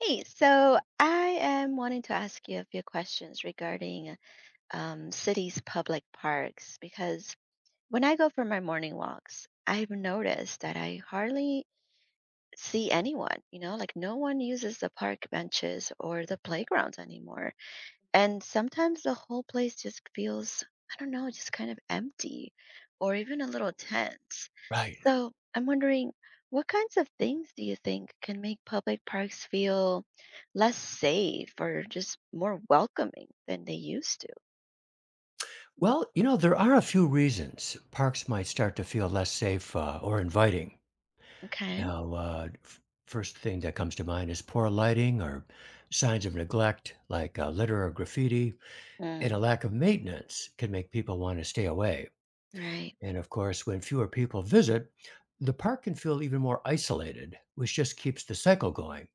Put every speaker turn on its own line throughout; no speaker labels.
Hey, so I am wanting to ask you a few questions regarding cities' public parks because when I go for my morning walks, I've noticed that I hardly see anyone, you know, like no one uses the park benches or the playgrounds anymore. And sometimes the whole place just feels, I don't know, just kind of empty or even a little tense.
Right.
So I'm wondering, what kinds of things do you think can make public parks feel less safe or just more welcoming than they used to?
Well, you know, there are a few reasons parks might start to feel less safe or inviting.
Okay.
Now, first thing that comes to mind is poor lighting or signs of neglect, like litter or graffiti, and a
Mm,
lack of maintenance can make people want to stay away.
right.
And of course, when fewer people visit, the park can feel even more isolated, which just keeps the cycle going.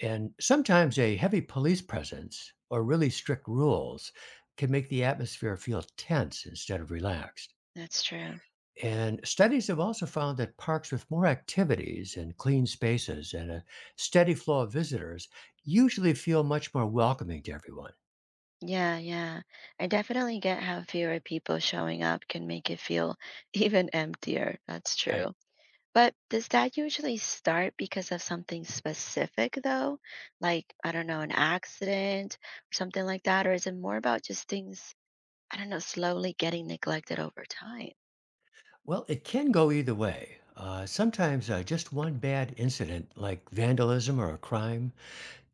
And sometimes a heavy police presence or really strict rules can make the atmosphere feel tense instead of relaxed.
That's true.
And studies have also found that parks with more activities and clean spaces and a steady flow of visitors usually feel much more welcoming to everyone.
Yeah, yeah, I definitely get how fewer people showing up can make it feel even emptier. That's
Right.
true. But does that usually start because of something specific, though? Like, I don't know, an accident or something like that? Or is it more about just things, I don't know, slowly getting neglected over time?
Well, it can go either way. Sometimes just one bad incident, like vandalism or a crime,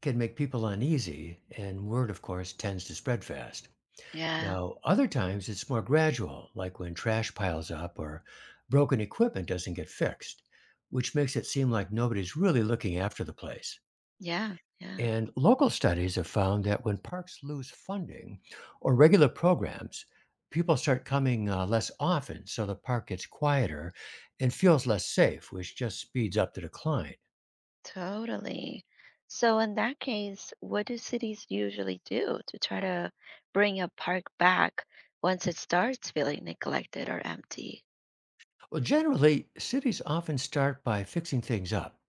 can make people uneasy, and word, of course, tends to spread fast.
Yeah,
Now, other times it's more gradual, like when trash piles up or broken equipment doesn't get fixed, which makes it seem like nobody's really looking after the place.
yeah, yeah,
And local studies have found that when parks lose funding or regular programs, people start coming less often, so the park gets quieter and feels less safe, which just speeds up the decline.
totally. So, in that case, what do cities usually do to try to bring a park back once it starts feeling neglected or empty?
Well, generally, cities often start by fixing things up,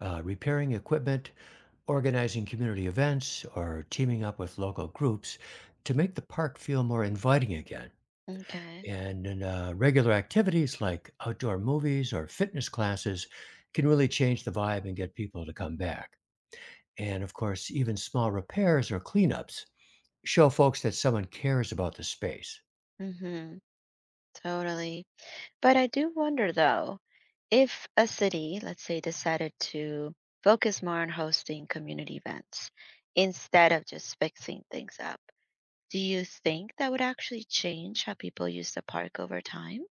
repairing equipment, organizing community events or teaming up with local groups to make the park feel more inviting again.
Okay.
And then, regular activities like outdoor movies or fitness classes can really change the vibe and get people to come back. And of course, even small repairs or cleanups show folks that someone cares about the space.
Mm-hmm. Totally. But I do wonder though, if a city, let's say, decided to focus more on hosting community events instead of just fixing things up, do you think that would actually change how people use the park over time?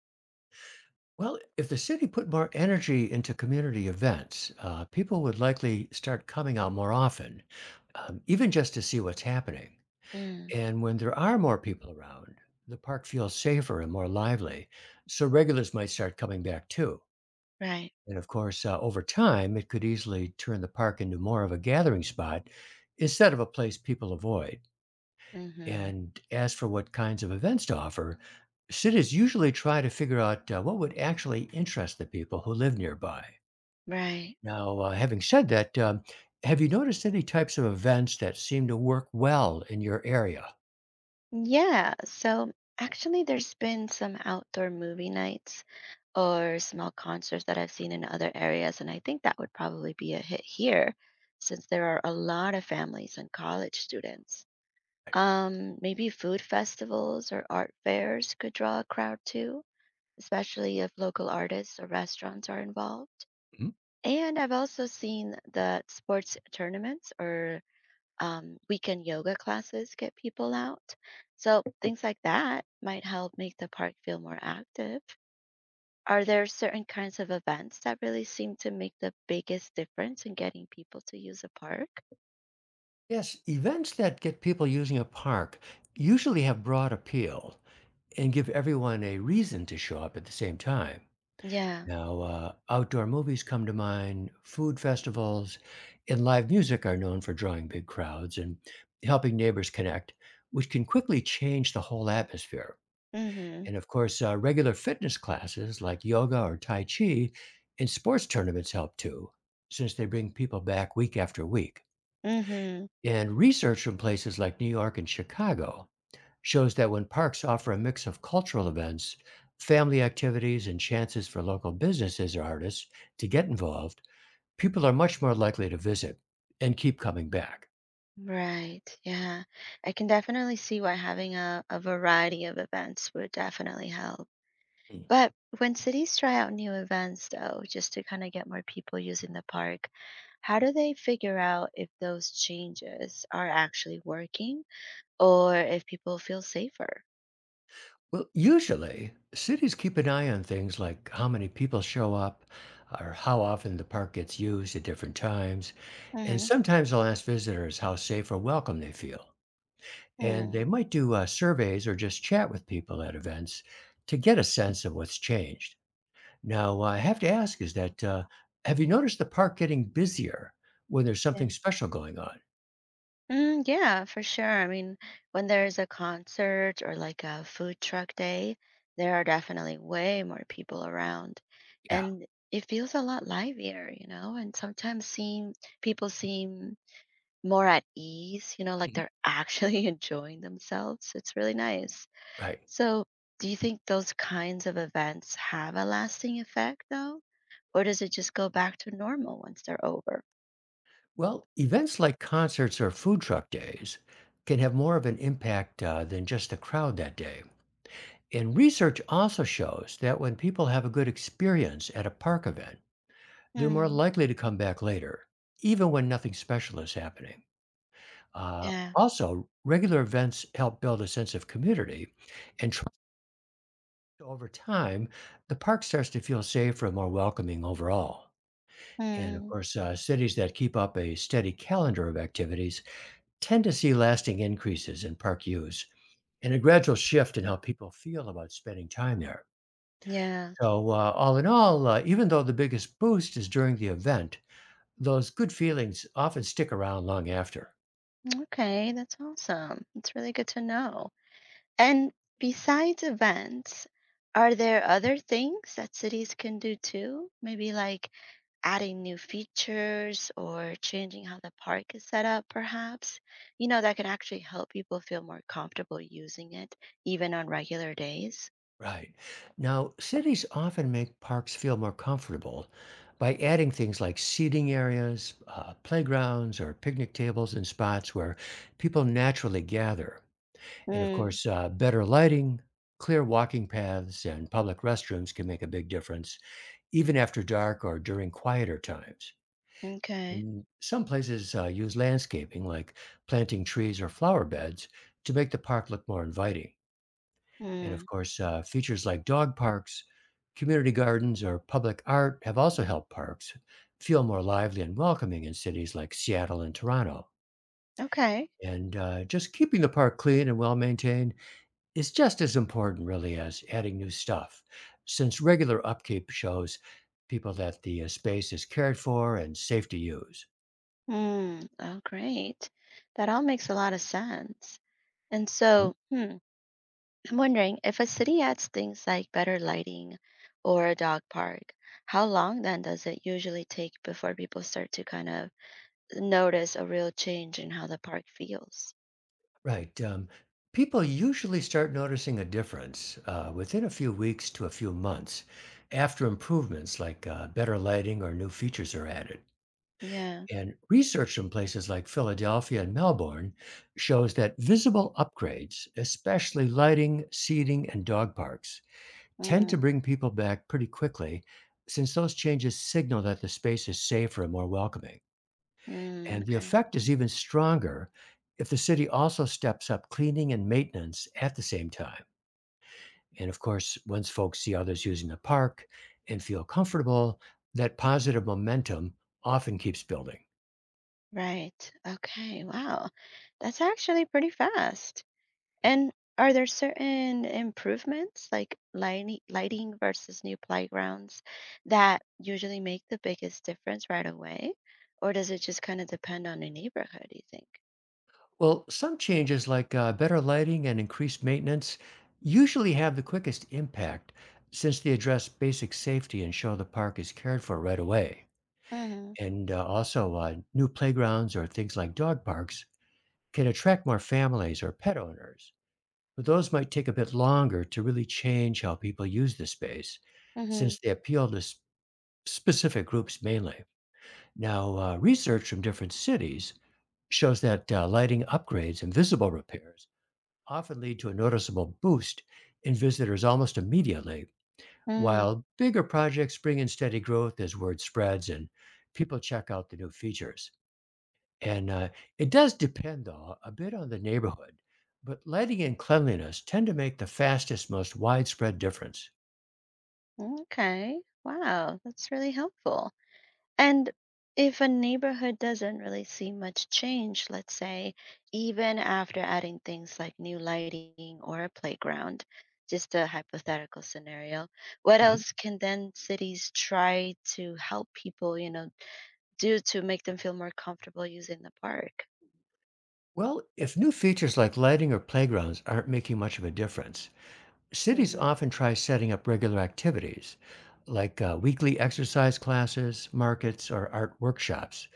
Well, if the city put more energy into community events, people would likely start coming out more often, even just to see what's happening.
Mm,
And when there are more people around, the park feels safer and more lively, so regulars might start coming back too.
right.
And of course, over time, it could easily turn the park into more of a gathering spot instead of a place people avoid.
Mm-hmm.
And as for what kinds of events to offer, cities usually try to figure out what would actually interest the people who live nearby.
Right.
Now, having said that, have you noticed any types of events that seem to work well in your area?
Yeah, so actually, there's been some outdoor movie nights or small concerts that I've seen in other areas, and I think that would probably be a hit here since there are a lot of families and college students. Maybe food festivals or art fairs could draw a crowd too, especially if local artists or restaurants are involved. And I've also seen that sports tournaments or weekend yoga classes get people out. So things like that might help make the park feel more active. Are there certain kinds of events that really seem to make the biggest difference in getting people to use a park?
Yes, events that get people using a park usually have broad appeal and give everyone a reason to show up at the same time.
Yeah.
Now, outdoor movies come to mind, food festivals, and live music are known for drawing big crowds and helping neighbors connect, which can quickly change the whole atmosphere.
Mm-hmm.
And of course, regular fitness classes like yoga or Tai Chi and sports tournaments help too, since they bring people back week after week.
Mm-hmm.
And research from places like New York and Chicago shows that when parks offer a mix of cultural events, family activities, and chances for local businesses or artists to get involved, people are much more likely to visit and keep coming back.
Right. Yeah, I can definitely see why having a variety of events would definitely help.
Mm.
But when cities try out new events, though, just to kind of get more people using the park, how do they figure out if those changes are actually working or if people feel safer?
Well, usually cities keep an eye on things like how many people show up or how often the park gets used at different times. And sometimes they'll ask visitors how safe or welcome they feel. And
Mm-hmm.
they might do surveys or just chat with people at events to get a sense of what's changed. Now, I have to ask is that have you noticed the park getting busier when there's something special going on?
Mm, yeah, for sure. I mean, when there's a concert or like a food truck day, there are definitely way more people around.
Yeah.
And it feels a lot livelier, and sometimes seem people seem more at ease, you know, like
Mhm.
they're actually enjoying themselves. It's really nice.
Right.
So, do you think those kinds of events have a lasting effect though? Or does it just go back to normal once they're over?
Well, events like concerts or food truck days can have more of an impact than just the crowd that day. And research also shows that when people have a good experience at a park event, they're more
Mm,
likely to come back later, even when nothing special is happening.
yeah.
Also, regular events help build a sense of community and trust over time. The park starts to feel safer and more welcoming overall. And of
Mm,
course, cities that keep up a steady calendar of activities tend to see lasting increases in park use and a gradual shift in how people feel about spending time there.
yeah.
So, all in all, even though the biggest boost is during the event, those good feelings often stick around long after.
Okay, that's awesome. That's really good to know. And besides events, are there other things that cities can do too? Maybe like adding new features or changing how the park is set up, perhaps? You know, that can actually help people feel more comfortable using it, even on regular days.
Right. Now, cities often make parks feel more comfortable by adding things like seating areas, playgrounds, or picnic tables and spots where people naturally gather. And of
Mm,
course, better lighting, clear walking paths, and public restrooms can make a big difference, even after dark or during quieter times.
okay.
And some places use landscaping, like planting trees or flower beds, to make the park look more inviting. And
Mm,
of course, features like dog parks, community gardens, or public art have also helped parks feel more lively and welcoming in cities like Seattle and Toronto.
okay.
And just keeping the park clean and well maintained is just as important, really, as adding new stuff, since regular upkeep shows people that the space is cared for and safe to use.
Mm, oh, great. That all makes a lot of sense. And so, hmm, I'm wondering if a city adds things like better lighting or a dog park, how long then does it usually take before people start to kind of notice a real change in how the park feels?
Right. People usually start noticing a difference within a few weeks to a few months after improvements like better lighting or new features are added.
Yeah.
And research from places like Philadelphia and Melbourne shows that visible upgrades, especially lighting, seating, and dog parks, tend to
Mm,
bring people back pretty quickly since those changes signal that the space is safer and more welcoming.
mm,
And the
okay.
effect is even stronger if the city also steps up cleaning and maintenance at the same time. And of course, once folks see others using the park and feel comfortable, that positive momentum often keeps building.
Right. Okay. Wow. That's actually pretty fast.
Mhm.
And are there certain improvements, like lighting versus new playgrounds, that usually make the biggest difference right away? Or does it just kind of depend on the neighborhood, do you think?
Well, some changes like better lighting and increased maintenance usually have the quickest impact since they address basic safety and show the park is cared for right away.
Mm-hmm.
And also, new playgrounds or things like dog parks can attract more families or pet owners. But those might take a bit longer to really change how people use the space
Mm-hmm.
since they appeal to specific groups mainly. Now, research from different cities shows that lighting upgrades and visible repairs often lead to a noticeable boost in visitors almost immediately,
Mm.
while bigger projects bring in steady growth as word spreads and people check out the new features. And, it does depend, though, a bit on the neighborhood, but lighting and cleanliness tend to make the fastest, most widespread difference.
Okay. Wow, that's really helpful. And if a neighborhood doesn't really see much change, let's say, even after adding things like new lighting or a playground, just a hypothetical scenario, what
Mhm.
else can then cities try to help people, you know, do to make them feel more comfortable using the park?
Well, if new features like lighting or playgrounds aren't making much of a difference, cities
Mm-hmm.
often try setting up regular activities like weekly exercise classes, markets, or art workshops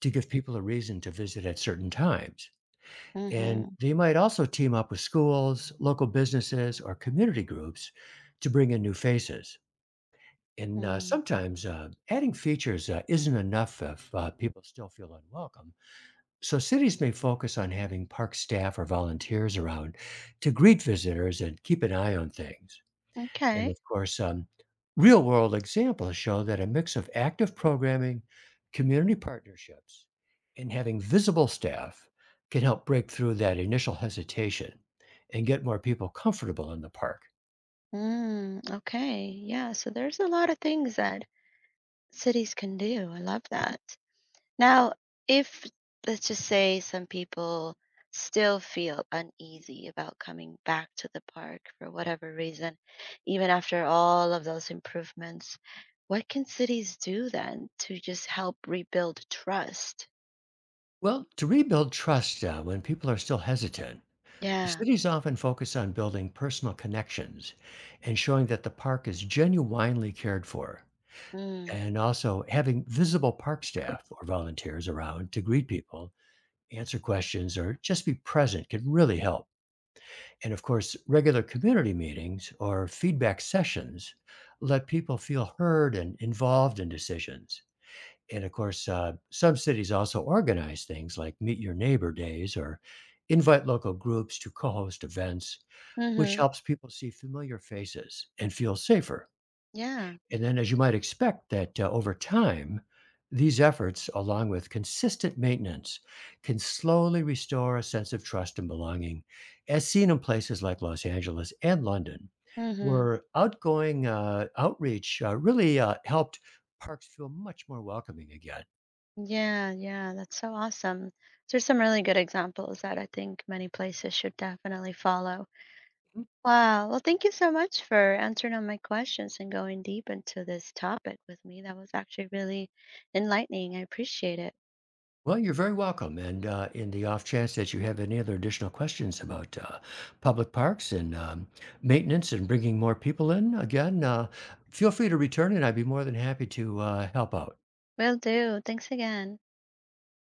to give people a reason to visit at certain times. And
Mm-hmm.
they might also team up with schools, local businesses, or community groups to bring in new faces. And uh,
Mm.
sometimes uh, adding features isn't enough if people still feel unwelcome. So cities may focus on having park staff or volunteers around to greet visitors and keep an eye on things. And
Okay.
of course, real world examples show that a mix of active programming, community partnerships, and having visible staff can help break through that initial hesitation and get more people comfortable in the park.
Mm, okay. Yeah, so there's a lot of things that cities can do. I love that. Now, if let's just say some people still feel uneasy about coming back to the park for whatever reason, even after all of those improvements, what can cities do then to just help rebuild trust?
Well, to rebuild trust when people are still hesitant,
Yeah.
cities often focus on building personal connections and showing that the park is genuinely cared for.
Mm.
And also having visible park staff or volunteers around to greet people answer questions or just be present can really help. And of course, regular community meetings or feedback sessions let people feel heard and involved in decisions. And of course, some cities also organize things like Meet Your Neighbor Days or invite local groups to co host events, which
Mhm.
helps people see familiar faces and feel safer.
Yeah.
And then, as you might expect, that over time, these efforts, along with consistent maintenance, can slowly restore a sense of trust and belonging, as seen in places like Los Angeles and London,
Mhm.
where outgoing outreach really helped parks feel much more welcoming again.
Yeah, yeah, that's so awesome. There's some really good examples that I think many places should definitely follow. Wow. Well, thank you so much for answering all my questions and going deep into this topic with me. That was actually really enlightening. I appreciate it.
Well, you're very welcome. And in the off chance that you have any other additional questions about public parks and maintenance and bringing more people in, again, feel free to return and I'd be more than happy to help out.
Will do. Thanks again.